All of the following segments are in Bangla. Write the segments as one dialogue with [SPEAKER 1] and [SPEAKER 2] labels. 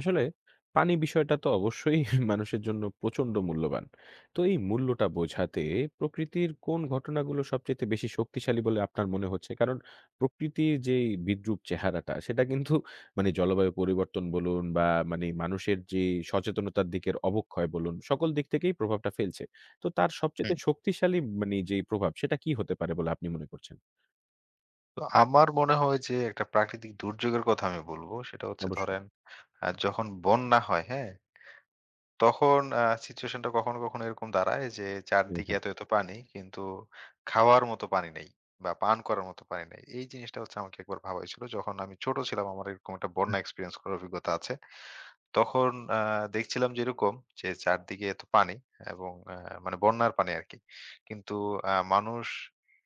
[SPEAKER 1] আসলে পানি বিষয়টা তো অবশ্যই মানুষের জন্য প্রচন্ড মূল্যবান। তো এই মূল্যটা বোঝাতে প্রকৃতির কোন ঘটনাগুলো সবচাইতে বেশি শক্তিশালী বলে আপনার মনে হচ্ছে? কারণ প্রকৃতির যেই বিদ্রূপ চেহারাটা সেটা কিন্তু মানে জলবায়ু পরিবর্তন বলুন বা মানে মানুষের যে সচেতনতার দিকের অবক্ষয় বলুন, সকল দিক থেকেই প্রভাবটা ফেলছে। তো তার
[SPEAKER 2] হুম।
[SPEAKER 1] সবচাইতে শক্তিশালী মানে যেই প্রভাব সেটা কি হতে পারে বলে আপনি মনে করছেন?
[SPEAKER 2] তো আমার মনে হয় যে একটা প্রাকৃতিক দুর্যোগের কথা আমি বলবো। সেটা হচ্ছে
[SPEAKER 1] অবশ্যই।
[SPEAKER 2] ধরেন যখন বন্যা হয়, হ্যাঁ? তখন সিচুয়েশনটা কখনো, কখনো এরকম দাঁড়ায় যে চারদিকে
[SPEAKER 1] হ্যাঁ,
[SPEAKER 2] এত পানি কিন্তু খাওয়ার মতো পানি নেই বা পান করার মতো পানি নেই। এই জিনিসটা হচ্ছে আমাকে একবার ভাবাইছিল। যখন আমি ছোট ছিলাম আমার এরকম একটা বন্যা এক্সপেরিয়েন্স করার অভিজ্ঞতা আছে। তখন আ দেখছিলাম যে এরকম যে চারদিকে এত পানি এবং মানে বন্যার পানি আরকি। কিন্তু মানুষ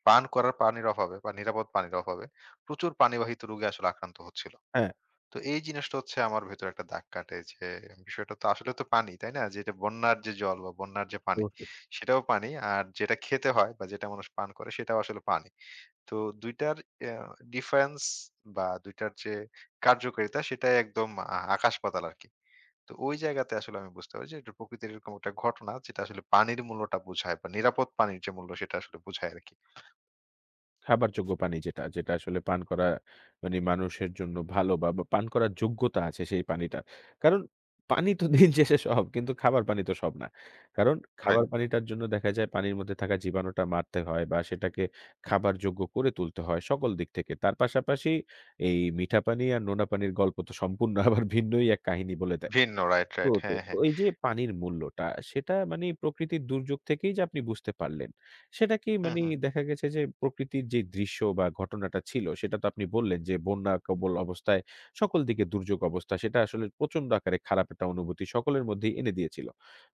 [SPEAKER 2] পান করার পানির অভাবে বা নিরাপদ পানির অভাবে প্রচুর পানিবাহিত রোগে আসলে আক্রান্ত হচ্ছিল।
[SPEAKER 1] হ্যাঁ,
[SPEAKER 2] তো এই জিনিসটা হচ্ছে আমার ভেতরে একটা দাগ কাটে যে বিষয়টা তো আসলে তো পানি, তাই না? যেটা বন্যার যে জল বা বন্যার যে পানি
[SPEAKER 1] অবশ্যই।
[SPEAKER 2] সেটাও পানি। আর যেটা খেতে হয় বা যেটা মানুষ পান করে সেটাও আসলে পানি। তো ২ টার অ্যা ডিফারেন্স বা ২ টার যে কার্যকারিতা সেটাই একদম আকাশ পাতাল আরকি। তো ওই জায়গাতে আসলে আমি বুঝতে পারি যে এটা প্রকৃতির এরকম একটা ঘটনা যেটা আসলে পানির মূল্যটা বোঝায় বা নিরাপদ পানির যে মূল্য সেটা আসলে বোঝায় আর কি।
[SPEAKER 1] খাবারযোগ্য পানি যেটা আসলে পান করা মানে মানুষের জন্য ভালো বা বা পান করার যোগ্যতা আছে সেই পানিটার। কারণ পানি তো দিন শেষে সব, কিন্তু খাবার পানি তো সব না। কারণ
[SPEAKER 2] রাইট।
[SPEAKER 1] খাবার পানিটার জন্য দেখা যায় পানির মধ্যে থাকা জীবাণুটা মারতে হয় বা সেটাকে খাবারযোগ্য করে তুলতে হয় সকল দিক থেকে। তার পাশাপাশি এই মিঠা পানি আর নোনা পানির গল্প তো সম্পূর্ণ আবার ভিন্নই এক কাহিনী বলে
[SPEAKER 2] ভিন্ন রাইট,
[SPEAKER 1] তো,
[SPEAKER 2] রাইট।
[SPEAKER 1] তো,
[SPEAKER 2] হ্যাঁ,
[SPEAKER 1] তো
[SPEAKER 2] হ্যাঁ।
[SPEAKER 1] এই যে পানির মূল্যটা সেটা মানে প্রকৃতির দুর্যোগ থেকেই যে আপনি বুঝতে পারলেন, সেটা কি
[SPEAKER 2] হুম,
[SPEAKER 1] মানে
[SPEAKER 2] হুম,
[SPEAKER 1] দেখা গেছে যে প্রকৃতির যে দৃশ্য বা ঘটনাটা ছিল সেটা তো আপনি বললেন যে বন্যা কবল অবস্থায় সকল দিকে দুর্যোগ অবস্থা সেটা আসলে প্রচন্ড আকারে খারাপ একটা অনুভূতি সকলের মধ্যেই এনে দিয়েছিল।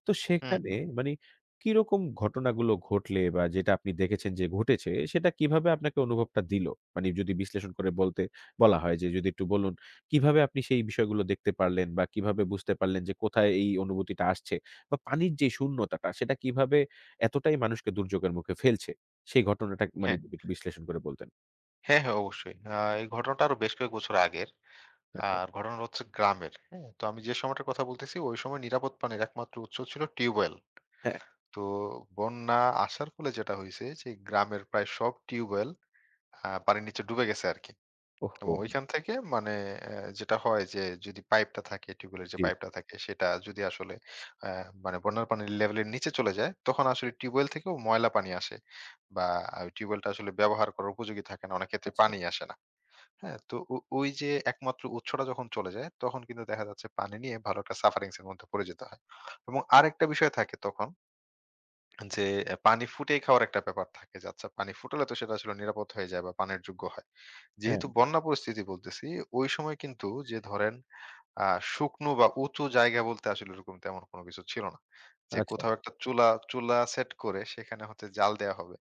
[SPEAKER 1] তো
[SPEAKER 2] হুম,
[SPEAKER 1] সেখানে
[SPEAKER 2] হুম।
[SPEAKER 1] মানে কিরকম ঘটনাগুলো ঘটলে বা যেটা আপনি দেখেছেন যে ঘটেছে সেটা কিভাবে আপনাকে অনুভবটা দিল? মানে যদি বিশ্লেষণ করে বলতে বলা হয় যে যদি একটু বলুন? কিভাবে আপনি সেই বিষয়গুলো দেখতে পারলেন বা কিভাবে বুঝতে পারলেন যে কোথায় এই অনুভূতিটা আসছে? বা পানির যে শূন্যতাটা সেটা কিভাবে এতটাই মানুষকে দুর্যোগের মুখে ফেলছে? সেই ঘটনাটা মানে
[SPEAKER 2] হ্যাঁ,
[SPEAKER 1] একটু বিশ্লেষণ করে বলতেন।
[SPEAKER 2] হ্যাঁ, হ্যাঁ অবশ্যই। এই ঘটনাটা আরো বেশ কয়েক বছর আগের।
[SPEAKER 1] আচ্ছা,
[SPEAKER 2] আর ঘটনাটা হচ্ছে গ্রামের। হ্যাঁ? তো আমি যে সময়টার কথা বলতেছি ওই সময় নিরাপদ পানির একমাত্র উৎস ছিল টিউবওয়েল।
[SPEAKER 1] হ্যাঁ।
[SPEAKER 2] তো বন্যা আসার ফলে যেটা হইছে যে গ্রামের প্রায় সব টিউবওয়েল পানির নিচে ডুবে গেছে আরকি। এবং
[SPEAKER 1] ওহহো!
[SPEAKER 2] ঐখান থেকে মানে যেটা হয় যে যদি পাইপটা থাকে টিউবওয়েলের যে
[SPEAKER 1] জি,
[SPEAKER 2] পাইপটা থাকে সেটা যদি আসলে অ্যা মানে বন্যার পানির লেভেলের নিচে চলে যায় তখন আসলে টিউবওয়েল থেকেও ময়লা পানি আসে। বা টিউবওয়েলটা আসলে ব্যবহার করার উপযোগী থাকে না। অনেক ক্ষেত্রে
[SPEAKER 1] আচ্ছা,
[SPEAKER 2] পানিই আসে না। হ্যাঁ? তো ওই যে একমাত্র উৎসটা যখন চলে যায় তখন কিন্তু দেখা যাচ্ছে পানি নিয়ে ভালো একটা সাফারিংস এর মধ্যে পড়ে যেতে হয়। এবং আরেকটা বিষয় থাকে তখন যে পানি ফুটিয়ে খাওয়ার একটা ব্যাপার থাকে যে আচ্ছা পানি ফুটালে তো সেটা আসলে নিরাপদ হয়ে যায় বা পানের যোগ্য হয়।
[SPEAKER 1] হ্যাঁ,
[SPEAKER 2] যেহেতু বন্যা পরিস্থিতি বলতেছি, ওই সময় কিন্তু যে ধরেন আ শুকনো বা উঁচু জায়গা বলতে আসলে ওরকম তেমন কোনো কিছু ছিল না। যে
[SPEAKER 1] আচ্ছা,
[SPEAKER 2] কোথাও একটা চুলা সেট করে সেখানে হচ্ছে জাল দেয়া হবে।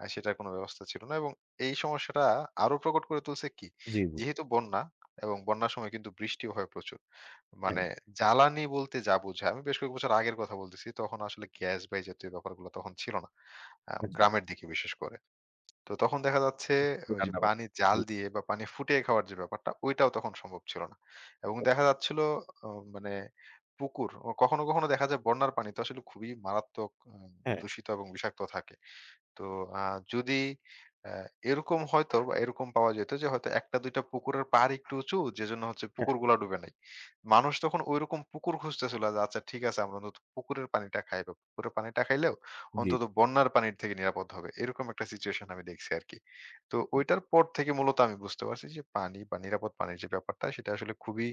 [SPEAKER 2] সেটার কোনো ব্যবস্থা ছিল না এবং এই সমস্যাটা আরো প্রকট করে তুলছে কি?
[SPEAKER 1] জি,
[SPEAKER 2] যেহেতু বন্যা এবং বন্যার সময় কিন্তু বৃষ্টিও হয় প্রচুর। মানে
[SPEAKER 1] হ্যাঁ,
[SPEAKER 2] জ্বালানি বলতে যা বোঝায়, আমি বেশ কয়েক বছর আগের কথা বলতেছি। তখন আসলে গ্যাস বা এই জাতীয় ব্যাপারগুলো তখন ছিল না।
[SPEAKER 1] আচ্ছা,
[SPEAKER 2] গ্রামের দিকে বিশেষ করে। তো তখন দেখা যাচ্ছে ওই যে
[SPEAKER 1] রান্নাবান্না।
[SPEAKER 2] পানি জাল
[SPEAKER 1] জি,
[SPEAKER 2] দিয়ে বা পানি ফুটিয়ে খাওয়ার যে ব্যাপারটা, ওইটাও তখন সম্ভব ছিল না। এবং দেখা যাচ্ছিল অ মানে পুকুর, ও কখনো, কখনো দেখা যায় বন্যার পানি তো আসলে খুবই মারাত্মক
[SPEAKER 1] হ্যাঁ,
[SPEAKER 2] দূষিত এবং বিষাক্ত থাকে। তো আ যদি আ এরকম হয়তো বা এরকম পাওয়া যেত যে হয়তো ১ টা ২ টা পুকুরের পাড় একটু উঁচু যেজন্য হচ্ছে
[SPEAKER 1] হ্যাঁ,
[SPEAKER 2] পুকুরগুলা ডুবে নাই। মানুষ তখন ঐরকম পুকুর খুঁজতেছিল যে আচ্ছা ঠিক আছে আমরা নতুন পুকুরের পানিটা খাই বা পুকুরের পানিটা খাইলেও
[SPEAKER 1] জি,
[SPEAKER 2] অন্তত বন্যার পানির থেকে নিরাপদ হবে। এরকম একটা সিচুয়েশন আমি দেখছি আরকি। তো ঐটার পর থেকে মূলত আমি বুঝতে পারছি যে পানি বা নিরাপদ পানির যে ব্যাপারটা সেটা আসলে খুবই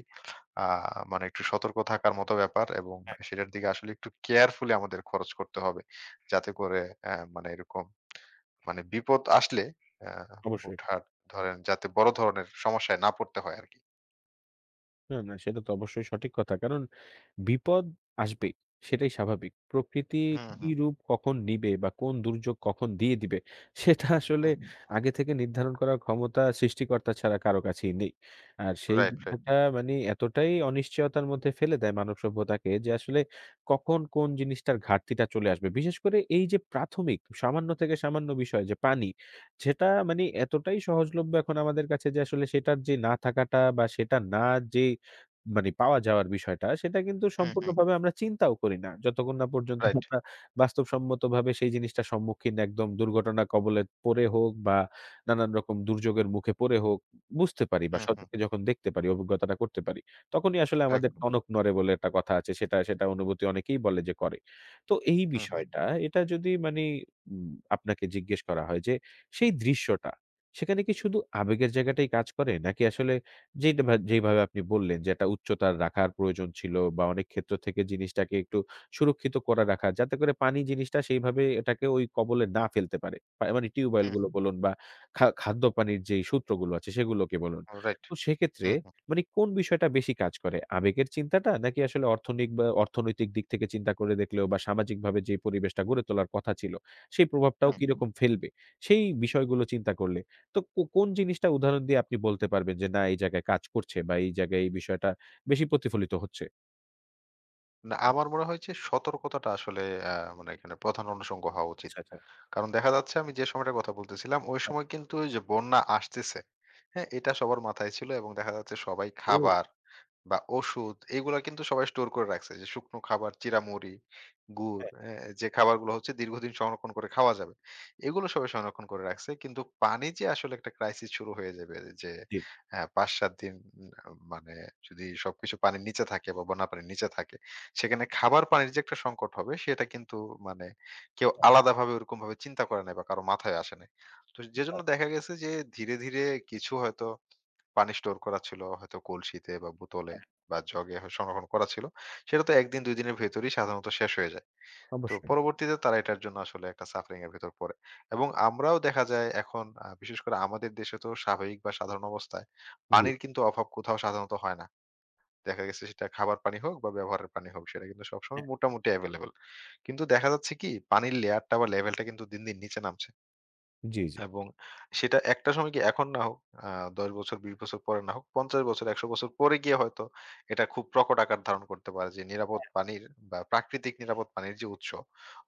[SPEAKER 2] আ মানে একটু সতর্ক থাকার মতো ব্যাপার এবং
[SPEAKER 1] হ্যাঁ,
[SPEAKER 2] সেটার দিকে আসলে একটু কেয়ারফুলি আমাদের খরচ করতে হবে। যাতে করে মানে এরকম মানে বিপদ আসলে আ
[SPEAKER 1] অবশ্যই।
[SPEAKER 2] ওঠার ধরেন যাতে বড় ধরনের সমস্যায় না পড়তে হয় আরকি।
[SPEAKER 1] না, না সেটা তো অবশ্যই সঠিক কথা। কারণ বিপদ আসবেই। সেটাই স্বাভাবিক। প্রকৃতি
[SPEAKER 2] হুম, হুম,
[SPEAKER 1] কি রূপ কখন নিবে বা কোন দুর্যোগ কখন দিয়ে দিবে, সেটা আসলে
[SPEAKER 2] হুম।
[SPEAKER 1] আগে থেকে নির্ধারণ করার ক্ষমতা সৃষ্টিকর্তা ছাড়া কারো কাছেই নেই। আর সেই
[SPEAKER 2] রাইট, রাইট।
[SPEAKER 1] বিষয়টা মানে এতটাই অনিশ্চয়তার মধ্যে ফেলে দেয় মানব সভ্যতাকে যে আসলে কখন কোন জিনিসটার ঘাটতিটা চলে আসবে। বিশেষ করে এই যে প্রাথমিক সামান্য থেকে সামান্য বিষয় যে পানি, সেটা মানে এতটাই সহজলভ্য এখন আমাদের কাছে যে আসলে সেটার যে না থাকাটা বা সেটা না যে মানে পাওয়া যাওয়ার বিষয়টা সেটা কিন্তু
[SPEAKER 2] হুম, হুম।
[SPEAKER 1] সম্পূর্ণভাবে আমরা চিন্তাও করি না। যতক্ষণ না পর্যন্ত
[SPEAKER 2] রাইট।
[SPEAKER 1] আমরা বাস্তবসম্মতভাবে সেই জিনিসটার সম্মুখীন একদম দুর্ঘটনা কবলে পড়ে হোক বা নানান রকম দুর্যোগের মুখে পড়ে হোক বুঝতে পারি বা
[SPEAKER 2] হুম, হুম।
[SPEAKER 1] স্বচক্ষে যখন দেখতে পারি, অভিজ্ঞতাটা করতে পারি। তখনই আসলে আমাদের
[SPEAKER 2] একদম।
[SPEAKER 1] টনক নড়ে বলে একটা কথা আছে। সেটা অনুভূতি অনেকেই বলে যে করে। তো এই
[SPEAKER 2] হুম, হুম।
[SPEAKER 1] বিষয়টা এটা যদি মানে আপনাকে জিজ্ঞেস করা হয় যে সেই দৃশ্যটা সেখানে কি শুধু আবেগের জায়গাটাই কাজ করে? নাকি আসলে যেটা যেইভাবে আপনি বললেন যে, একটা উচ্চতার রাখার প্রয়োজন ছিল বা অনেক ক্ষেত্র থেকে জিনিসটাকে একটু সুরক্ষিত করে রাখা। যাতে করে পানি জিনিসটা সেইভাবে এটাকে ওই কবলে না ফেলতে পারে। মানে টিউবওয়েল
[SPEAKER 2] হুম।
[SPEAKER 1] গুলো বলুন বা খাদ্য পানির যেই সূত্রগুলো আছে সেগুলোকে বলুন।
[SPEAKER 2] রাইট।
[SPEAKER 1] তো সেক্ষেত্রে
[SPEAKER 2] হুম, হুম,
[SPEAKER 1] মানে কোন বিষয়টা বেশি কাজ করে? আবেগের চিন্তাটা নাকি আসলে অর্থনিক বা অর্থনৈতিক দিক থেকে চিন্তা করে দেখলেও বা সামাজিকভাবে যে পরিবেশটা গড়ে তোলার কথা ছিল, সেই প্রভাবটাও
[SPEAKER 2] হুম।
[SPEAKER 1] কিরকম ফেলবে? সেই বিষয়গুলো চিন্তা করলে তো কোন জিনিসটা উদাহরণ দিয়ে আপনি বলতে পারবেন যে, না এই জায়গায় কাজ করছে বা এই জায়গায় এই বিষয়টা বেশি প্রতিফলিত হচ্ছে?
[SPEAKER 2] না আমার মনে হয় যে সতর্কতাটা আসলে আ মানে এখানে প্রধান অনুষঙ্গ হওয়া উচিত।
[SPEAKER 1] আচ্ছা, আচ্ছা।
[SPEAKER 2] কারণ দেখা যাচ্ছে আমি যে সময়টার কথা বলতেছিলাম ওই
[SPEAKER 1] হ্যাঁ।
[SPEAKER 2] সময় কিন্তু ওই যে বন্যা আসতেছে। হ্যাঁ? এটা সবার মাথায় ছিল এবং দেখা যাচ্ছে সবাই
[SPEAKER 1] ও!
[SPEAKER 2] খাবার বা ওষুধ এগুলা কিন্তু সবাই স্টোর করে রাখছে যে শুকনো খাবার, চিঁড়ামুড়ি, গুড়
[SPEAKER 1] হ্যাঁ,
[SPEAKER 2] হ্যাঁ, যে খাবারগুলো হচ্ছে দীর্ঘদিন সংরক্ষণ করে খাওয়া যাবে। এগুলো সবাই সংরক্ষণ করে রাখছে। কিন্তু পানি যে আসলে একটা ক্রাইসিস শুরু হয়ে যাবে যে
[SPEAKER 1] জি।
[SPEAKER 2] ৫-৭ দিন মানে যদি সবকিছু পানির নিচে থাকে বা বন্যা পানির নিচে থাকে, সেখানে খাবার পানির যে একটা সংকট হবে সেটা কিন্তু মানে কেউ আলাদাভাবে ওরকমভাবে চিন্তা করে নাই বা কারো মাথায় আসে নাই। তো যেজন্য দেখা গেছে যে ধীরে কিছু হয়তো পানি স্টোর করা ছিল হয়তো কলসিতে বা বোতলে বা জগে হ সংরক্ষণ করা ছিল। সেটা তো ১ দিন ২ দিনের ভেতরেই সাধারণত শেষ হয়ে যায়। তো
[SPEAKER 1] অবশ্যই।
[SPEAKER 2] পরবর্তীতে তারা এটার জন্য আসলে একটা suffering এর ভেতর পড়ে। এবং আমরাও দেখা যায় এখন বিশেষ করে আমাদের দেশে তো স্বাভাবিক বা সাধারণ অবস্থায়
[SPEAKER 1] জি।
[SPEAKER 2] পানির কিন্তু অভাব কোথাও সাধারণত হয় না। দেখা গেছে সেটা খাবার পানি হোক বা ব্যবহারের পানি হোক সেটা কিন্তু সবসময়
[SPEAKER 1] হ্যাঁ।
[SPEAKER 2] মোটামুটি এভেইলেবল। কিন্তু দেখা যাচ্ছে কি পানির লেয়ারটা বা লেভেলটা কিন্তু দিন নিচে নামছে।
[SPEAKER 1] জি, জি।
[SPEAKER 2] এবং সেটা একটা সময় কি এখন না হোক আ ১০ বছর ২০ বছর পরে না হোক ৫০ বছর ১০০ বছর পরে গিয়ে হয়তো এটা খুব প্রকট আকার ধারণ করতে পারে যে নিরাপদ পানির বা প্রাকৃতিক নিরাপদ পানির যে উৎস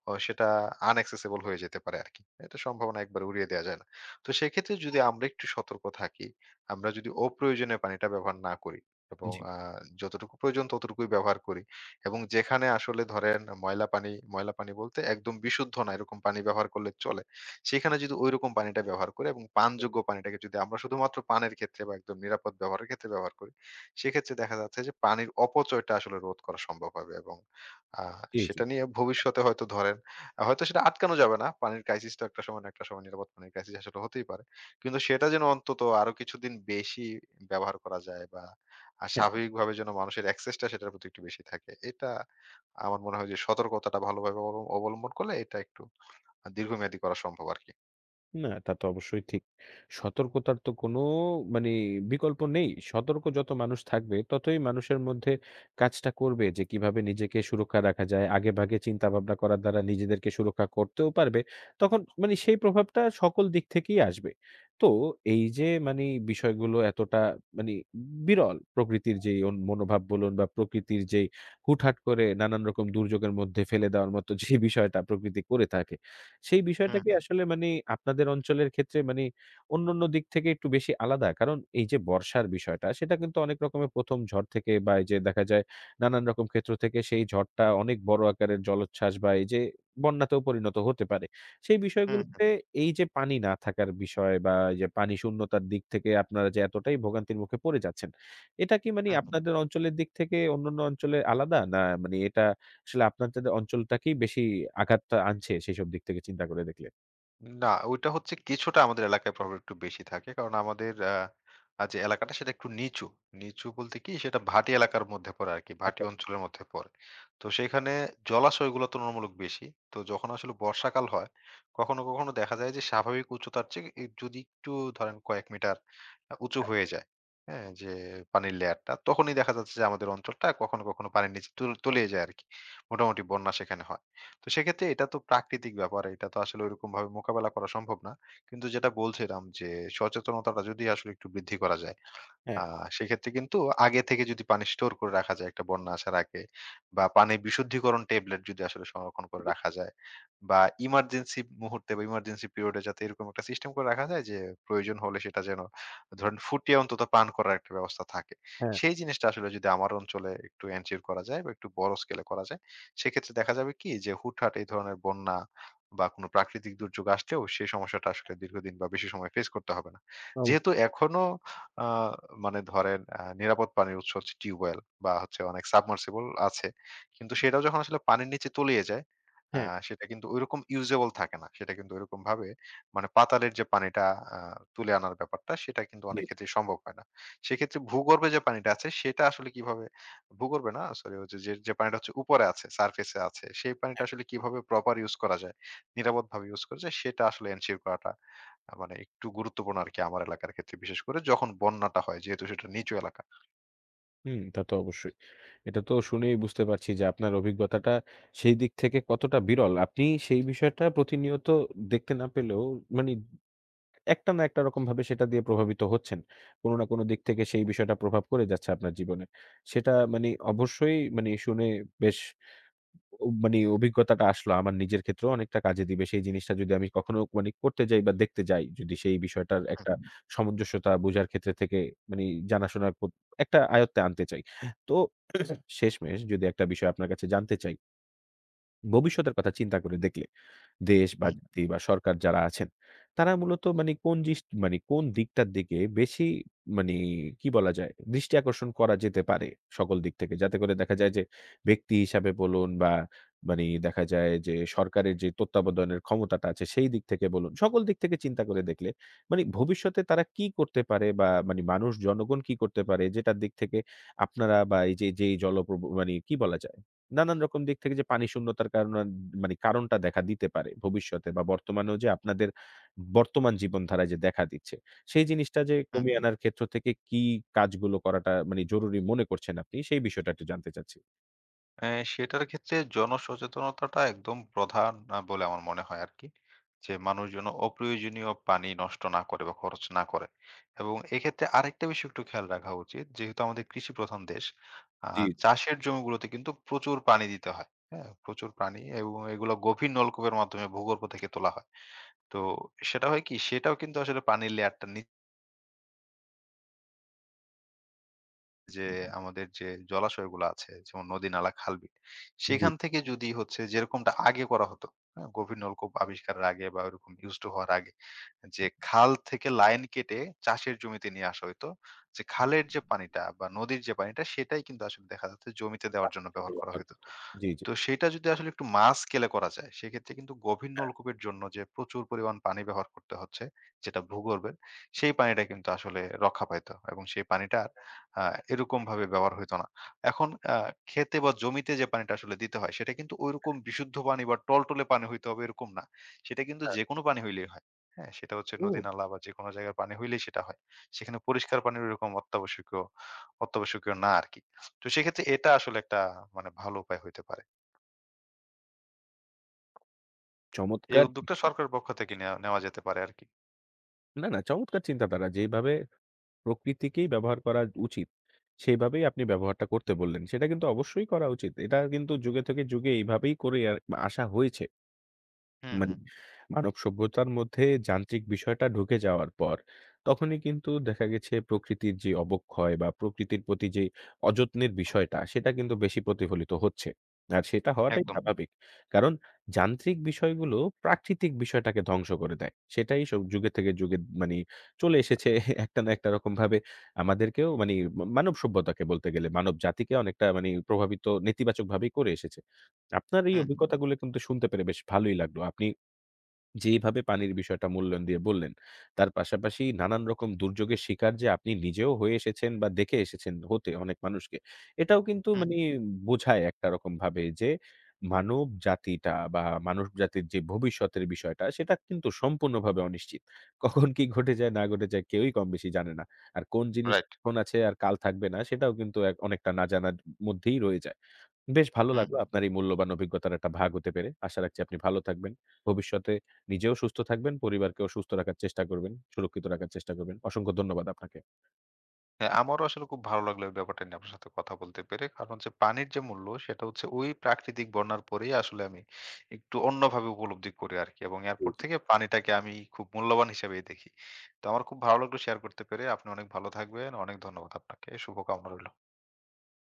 [SPEAKER 2] সেটা আনএক্সেসিবল হয়ে যেতে পারে আরকি। এটার সম্ভাবনা একবারে উড়িয়ে দেয়া যায় না। তো সেক্ষেত্রে যদি আমরা একটু সতর্ক থাকি, আমরা যদি অপ্রয়োজনীয় পানিটা ব্যবহার না করি এবং
[SPEAKER 1] জি,
[SPEAKER 2] যতটুকু প্রয়োজন ততটুকুই ব্যবহার করি এবং যেখানে আসলে ধরেন ময়লা পানি বলতে একদম বিশুদ্ধ না এরকম পানি ব্যবহার করলে চলে সেখানে যদি ঐরকম পানিটা ব্যবহার করে এবং পানযোগ্য পানিটাকে যদি আমরা শুধুমাত্র পানের ক্ষেত্রে বা একদম নিরাপদ ব্যবহারের ক্ষেত্রে ব্যবহার করি, সেক্ষেত্রে দেখা যাচ্ছে যে পানির অপচয়টা আসলে রোধ করা সম্ভব হবে এবং আ
[SPEAKER 1] জি, জি।
[SPEAKER 2] সেটা নিয়ে ভবিষ্যতে হয়তো ধরেন হয়তো সেটা আটকানো যাবে না। পানির ক্রাইসিস তো একটা সময় না একটা সময় নিরাপদ পানির ক্রাইসিস আসলে হতেই পারে। কিন্তু সেটা যেন অন্তত আরো কিছুদিন বেশি ব্যবহার করা যায় বা স্বাভাবিকভাবে যেন মানুষের access টা সেটার প্রতি একটু বেশি থাকে। এটা আমার মনে হয় যে সতর্কতাটা ভালোভাবে অবলম্বন করলে এটা একটু দীর্ঘমেয়াদী করা সম্ভব আরকি।
[SPEAKER 1] না, তা তো অবশ্যই ঠিক। সতর্কতার তো কোনো মানে বিকল্প নেই। সতর্ক যত মানুষ থাকবে, ততই মানুষের মধ্যে কাজটা করবে যে কিভাবে নিজেকে সুরক্ষা রাখা যায়। আগেভাগে চিন্তাভাবনা করার দ্বারা নিজেদেরকে সুরক্ষা করতেও পারবে। তখন মানে সেই প্রভাবটা সকল দিক থেকেই আসবে। তো এই যে মানি বিষয়গুলো এতটা মানি বিরল প্রকৃতির যেই মনোভাব বলুন বা প্রকৃতির যেই হুটহাট করে নানান রকম দুর্যোগের মধ্যে ফেলে দেওয়ার মতো যে বিষয়টা প্রকৃতি করে থাকে। সেই
[SPEAKER 2] হুম,
[SPEAKER 1] বিষয়টাকে
[SPEAKER 2] হুম,
[SPEAKER 1] আসলে মানে আপনাদের অঞ্চলের ক্ষেত্রে মানে অন্যান্য দিক থেকে একটু বেশি আলাদা। কারণ এই যে বর্ষার বিষয়টা সেটা কিন্তু অনেক রকমের ১ম ঝড় থেকে বা এই যে দেখা যায় নানান রকম ক্ষেত্র থেকে সেই ঝড়টা অনেক বড় আকারের জলোচ্ছ্বাস বা এই যে বন্যাতেও পরিণত হতে পারে। সেই
[SPEAKER 2] হুম, হুম,
[SPEAKER 1] বিষয়গুলোতে এই যে পানি না থাকার বিষয় বা এই যে পানি শূন্যতার দিক থেকে আপনারা যে এতটাই ভোগান্তির মুখে পড়ে যাচ্ছেন, এটা কি মানে
[SPEAKER 2] হুম, হুম।
[SPEAKER 1] আপনাদের অঞ্চলের দিক থেকে অন্যান্য অঞ্চলে আলাদা? না মানে এটা আসলে আপনাদের অঞ্চলটাকেই বেশি আঘাতটা আনছে সেইসব দিক থেকে চিন্তা করে দেখলে।
[SPEAKER 2] না, ওইটা হচ্ছে কিছুটা আমাদের এলাকায় প্রভাব একটু বেশি থাকে। কারণ আমাদের আ আ যে এলাকাটা সেটা একটু নিচু। নিচু বলতে কি সেটা ভাটি এলাকার মধ্যে পড়ে আরকি। ভাটি
[SPEAKER 1] আচ্ছা,
[SPEAKER 2] অঞ্চলের মধ্যে পড়ে। তো সেখানে জলাশয়গুলো তুলনামূলক বেশি। তো যখন আসলে বর্ষাকাল হয়, কখনো, কখনো দেখা যায় যে স্বাভাবিক উচ্চতার চেয়ে এ যদি একটু ধরেন কয়েক মিটার উঁচু হয়ে যায়, হ্যাঁ? যে পানির লেয়ারটা তখনই দেখা যাচ্ছে যে আমাদের অঞ্চলটা কখনো, কখনো পানির নিচে তলিয়ে যায় আরকি। মোটামুটি বন্যা সেখানে হয়। তো সেক্ষেত্রে এটা তো প্রাকৃতিক ব্যাপার। এটা তো আসলে ঐরকমভাবে মোকাবেলা করা সম্ভব না। কিন্তু যেটা বলছিলাম যে সচেতনতাটা যদি আসলে একটু বৃদ্ধি করা যায় আ
[SPEAKER 1] হ্যাঁ,
[SPEAKER 2] সেক্ষেত্রে কিন্তু আগে থেকে যদি পানি স্টোর করে রাখা যায় একটা বন্যা আসার আগে বা পানি বিশুদ্ধীকরণ ট্যাবলেট যদি আসলে সংরক্ষণ করে
[SPEAKER 1] জি,
[SPEAKER 2] রাখা যায় বা ইমার্জেন্সি মুহূর্তে বা ইমার্জেন্সি পিরিয়ডে যাতে এরকম একটা সিস্টেম করে রাখা যায় যে প্রয়োজন হলে সেটা যেন ধরেন ফুটিয়ে অন্তত পান করার একটা ব্যবস্থা থাকে।
[SPEAKER 1] হ্যাঁ,
[SPEAKER 2] সেই জিনিসটা আসলে যদি আমার অঞ্চলে একটু এনশিওর করা যায় বা একটু বড় স্কেলে করা যায়, সেক্ষেত্রে দেখা যাবে কি যে হুটহাট এই ধরনের বন্যা বা কোনো প্রাকৃতিক দুর্যোগ আসলেও সেই সমস্যাটা আসলে দীর্ঘদিন বা বেশি সময় ফেস করতে হবে না। যেহেতু
[SPEAKER 1] অবশ্যই।
[SPEAKER 2] এখনো আ মানে ধরেন নিরাপদ পানির উৎস হচ্ছে টিউবওয়েল বা হচ্ছে অনেক সাবমার্সিবল আছে। কিন্তু সেটাও যখন আসলে পানির নিচে তলিয়ে যায়, আ
[SPEAKER 1] হ্যাঁ,
[SPEAKER 2] সেটা কিন্তু ঐরকম ইউজেবল থাকে না। সেটা কিন্তু ঐরকমভাবে মানে পাতালের যে পানিটা আ তুলে আনার ব্যাপারটা সেটা কিন্তু
[SPEAKER 1] জি,
[SPEAKER 2] অনেক
[SPEAKER 1] জি।
[SPEAKER 2] ক্ষেত্রেই সম্ভব হয় না। সেক্ষেত্রে ভূগর্ভে যে পানিটা আছে সেটা আসলে কিভাবে ভূগর্ভে না সরি হচ্ছে যে, যে পানিটা হচ্ছে উপরে আছে, সারফেস এ আছে সেই পানিটা আসলে কিভাবে প্রপার ইউজ করা যায়, নিরাপদভাবে ইউজ করা যায় সেটা আসলে এনশিওর করাটা মানে একটু গুরুত্বপূর্ণ আরকি আমার এলাকার ক্ষেত্রে বিশেষ করে যখন বন্যাটা হয় যেহেতু সেটা নিচু এলাকা।
[SPEAKER 1] হুম, তা তো অবশ্যই। এটা তো শুনেই বুঝতে পারছি যে আপনার অভিজ্ঞতাটা সেই দিক থেকে কতটা বিরল। আপনি সেই বিষয়টা প্রতিনিয়ত দেখতে না পেলেও মানি একটা না একটা রকমভাবে সেটা দিয়ে প্রভাবিত হচ্ছেন। কোন না কোন দিক থেকে সেই বিষয়টা প্রভাব করে যাচ্ছে আপনার জীবনে। সেটা মানি অবশ্যই মানি শুনে বেশ ও মানে অভিজ্ঞতাটা আসলো আমার নিজের ক্ষেত্রেও অনেকটা কাজে দিবে। সেই জিনিসটা যদি আমি কখনো মানে করতে যাই বা দেখতে যাই, যদি সেই বিষয়টার
[SPEAKER 2] হুম,
[SPEAKER 1] একটা হুম। সামঞ্জস্যতা বোঝার ক্ষেত্রে থেকে মানে জানাশোনার একটা আয়ত্তে আনতে চাই। তো শেষমেশ যদি একটা বিষয় আপনার কাছে জানতে চাই, ভবিষ্যতের কথা চিন্তা করে দেখলে দেশ বা
[SPEAKER 2] হুম,
[SPEAKER 1] জাতি বা সরকার যারা আছেন, তারা মূলত মানে কোন মানে কোন দিকটার দিকে বেশি মানে কি বলা যায়? দৃষ্টি আকর্ষণ করা যেতে পারে সকল দিক থেকে। যাতে করে দেখা যায় যে ব্যক্তি হিসাবে বলুন বা মানে দেখা যায় যে সরকারের যে তত্ত্বাবধানের ক্ষমতাটা আছে সেই দিক থেকে বলুন, সকল দিক থেকে চিন্তা করে দেখলে মানে ভবিষ্যতে তারা কি করতে পারে বা মানে মানুষ জনগণ কি করতে পারে যেটার দিক থেকে আপনারা বা এই যে যেই মানে কি বলা যায়? নানান রকম দিক থেকে যে পানি শূন্যতার কারণ মানে কারণটা দেখা দিতে পারে ভবিষ্যতে বা বর্তমানেও যে আপনাদের বর্তমান জীবনধারায় যে দেখা দিচ্ছে, সেই জিনিসটা যে
[SPEAKER 2] হুম।
[SPEAKER 1] কমিয়ে আনার ক্ষেত্র থেকে কি কাজগুলো করাটা মানে জরুরি মনে করছেন আপনি সেই বিষয়টা একটু জানতে চাচ্ছি?
[SPEAKER 2] সেটার ক্ষেত্রে জনসচেতনতাটা একদম প্রধান বলে আমার মনে হয় আরকি। যে মানুষ যেন অপ্রয়োজনীয় পানি নষ্ট না করে বা খরচ না করে। এবং এক্ষেত্রে আরেকটা বিষয় একটু খেয়াল রাখা উচিত। যেহেতু আমাদের কৃষি প্রধান দেশ, আ
[SPEAKER 1] জি,
[SPEAKER 2] চাষের জমিগুলোতে কিন্তু প্রচুর পানি দিতে হয়। হ্যাঁ? প্রচুর পানি এবং এগুলো গভীর নলকূপের মাধ্যমে ভূগর্ভ থেকে তোলা হয়। তো সেটা হয় কি? সেটাও কিন্তু আসলে পানির লেয়ারটা যে আমাদের যে জলাশয়গুলো আছে যেমন নদী, নালা, খাল-বিল
[SPEAKER 1] জি।
[SPEAKER 2] সেখান থেকে যদি হচ্ছে যেরকমটা আগে করা হতো, হ্যাঁ? গভীর নলকূপ আবিষ্কারের আগে বা ওরকম used to হওয়ার আগে যে খাল থেকে লাইন কেটে চাষের জমিতে নিয়ে আসা হইতো। যে খালের যে পানিটা বা নদীর যে পানিটা সেটাই কিন্তু আসলে দেখা যাচ্ছে জমিতে দেওয়ার জন্য
[SPEAKER 1] কাজটা
[SPEAKER 2] ব্যবহার করা
[SPEAKER 1] ব্যবহার
[SPEAKER 2] হইতো।
[SPEAKER 1] করতে হবে। জি, জি।
[SPEAKER 2] তো সেটা যদি আসলে একটু মাস স্কেলে করা যায় সেক্ষেত্রে কিন্তু গভীর
[SPEAKER 1] হ্যাঁ,
[SPEAKER 2] নলকূপের জন্য যে প্রচুর পরিমাণ পানি ব্যবহার করতে হচ্ছে যেটা ভূগর্ভের সেই পানিটা কিন্তু আসলে রক্ষা পাইতো এবং সেই পানিটা আর, এরকম ভাবে ব্যবহার হইতো না এখন খেতে বা জমিতে যে পানিটা আসলে দিতে হয় সেটা কিন্তু ওইরকম বিশুদ্ধ পানি বা টলটলে পানি হইতে হবে এরকম না সেটা কিন্তু
[SPEAKER 1] হ্যাঁ।
[SPEAKER 2] যে কোনো পানি হইলেই হয় হ্যাঁ সেটা হচ্ছে নদী
[SPEAKER 1] ও
[SPEAKER 2] নালা বা যে কোনো জায়গার পানি হইলেই সেটা হয় সেখানে পরিষ্কার পানির এরকম অত্যাবশ্যকীয় অত্যাবশ্যকীয় না আর কি তো সেক্ষেত্রে এটা আসলে একটা মানে ভালো উপায় হইতে পারে এই
[SPEAKER 1] চমৎকার!
[SPEAKER 2] উদ্যোগটা সরকারের পক্ষ থেকে নেওয়া যেতে পারে আরকি।
[SPEAKER 1] না, না চমৎকার চিন্তাধারা। যেইভাবে প্রকৃতিকেই ব্যবহার করা উচিত, সেইভাবেই আপনি ব্যবহারটা করতে বললেন। সেটা কিন্তু অবশ্যই করা উচিত। এটা কিন্তু যুগে থেকে যুগে এইভাবেই করে আর আসা হয়েছে।
[SPEAKER 2] হুম,
[SPEAKER 1] মানে
[SPEAKER 2] হুম।
[SPEAKER 1] মানব সভ্যতার মধ্যে যান্ত্রিক বিষয়টা ঢুকে যাওয়ার পর, তখনই কিন্তু দেখা গেছে প্রকৃতির যে অবক্ষয় বা প্রকৃতির প্রতি যে অযত্নের বিষয়টা, সেটা কিন্তু বেশি প্রতিফলিত হচ্ছে। আর সেটা হওয়াটাই হুম।
[SPEAKER 2] একদম।
[SPEAKER 1] স্বাভাবিক। কারণ যান্ত্রিক বিষয়গুলো প্রাকৃতিক বিষয়টাকে ধ্বংস করে দেয়। সেটাই সব যুগে থেকে যুগে মানে চলে এসেছে একটা না একটা রকমভাবে আমাদেরকেও মানে মানব সভ্যতাকে বলতে গেলে, মানব জাতিকে অনেকটা মানে প্রভাবিত নেতিবাচকভাবেই করে এসেছে। আপনার এই
[SPEAKER 2] হুম,
[SPEAKER 1] হুম।
[SPEAKER 2] হুম।
[SPEAKER 1] অভিজ্ঞতাগুলো কিন্তু শুনতে পেরে বেশ ভালোই লাগলো। আপনি যেইভাবে পানির বিষয়টা মূল্যায়ন দিয়ে বললেন, তার পাশাপাশি নানান রকম দুর্যোগের শিকার যে আপনি নিজেও হয়ে এসেছেন বা দেখে এসেছেন হতে অনেক মানুষকে, এটাও কিন্তু
[SPEAKER 2] হুম,
[SPEAKER 1] মানি
[SPEAKER 2] রাইট
[SPEAKER 1] বোঝায় একটা রকমভাবে যে মানব জাতিটা বা মানব জাতির যে ভবিষ্যতের বিষয়টা সেটা কিন্তু সম্পূর্ণভাবে অনিশ্চিত। কখন কি ঘটে যায় না ঘটে যায় কেউই কম বেশি জানে না। আর কোন
[SPEAKER 2] হুম।
[SPEAKER 1] জিনিস
[SPEAKER 2] রাইট।
[SPEAKER 1] এখন আছে আর কাল থাকবে না সেটাও কিন্তু এক অনেকটা না জানার মধ্যেই রয়ে যায়। বেশ ভালো
[SPEAKER 2] হুম,
[SPEAKER 1] লাগলো
[SPEAKER 2] হুম।
[SPEAKER 1] আপনার এই মূল্যবান অভিজ্ঞতার একটা ভাগ হতে পেরে। আশা রাখছি আপনি ভালো থাকবেন। ভবিষ্যতে নিজেও সুস্থ থাকবেন, পরিবারকেও সুস্থ রাখার চেষ্টা করবেন, সুরক্ষিত রাখার চেষ্টা করবেন। অসংখ্য ধন্যবাদ আপনাকে।
[SPEAKER 2] হ্যাঁ, আমারও আসলে খুব ভালো লাগলো এই ব্যাপারটা নিয়ে আপনার সাথে কথা বলতে পেরে। কারণ হচ্ছে পানির যে মূল্য সেটা হচ্ছে ওই প্রাকৃতিক বন্যার পরেই আসলে আমি একটু অন্যভাবে উপলব্ধি করি আরকি। এবং
[SPEAKER 1] জি।
[SPEAKER 2] এরপর
[SPEAKER 1] জি।
[SPEAKER 2] থেকে পানিটাকে আমি খুব মূল্যবান হিসেবেই দেখি। তো আমার খুব ভালো লাগলো শেয়ার করতে পেরে। আপনি অনেক ভালো থাকবেন। অনেক ধন্যবাদ আপনাকে। শুভকামনা রইলো।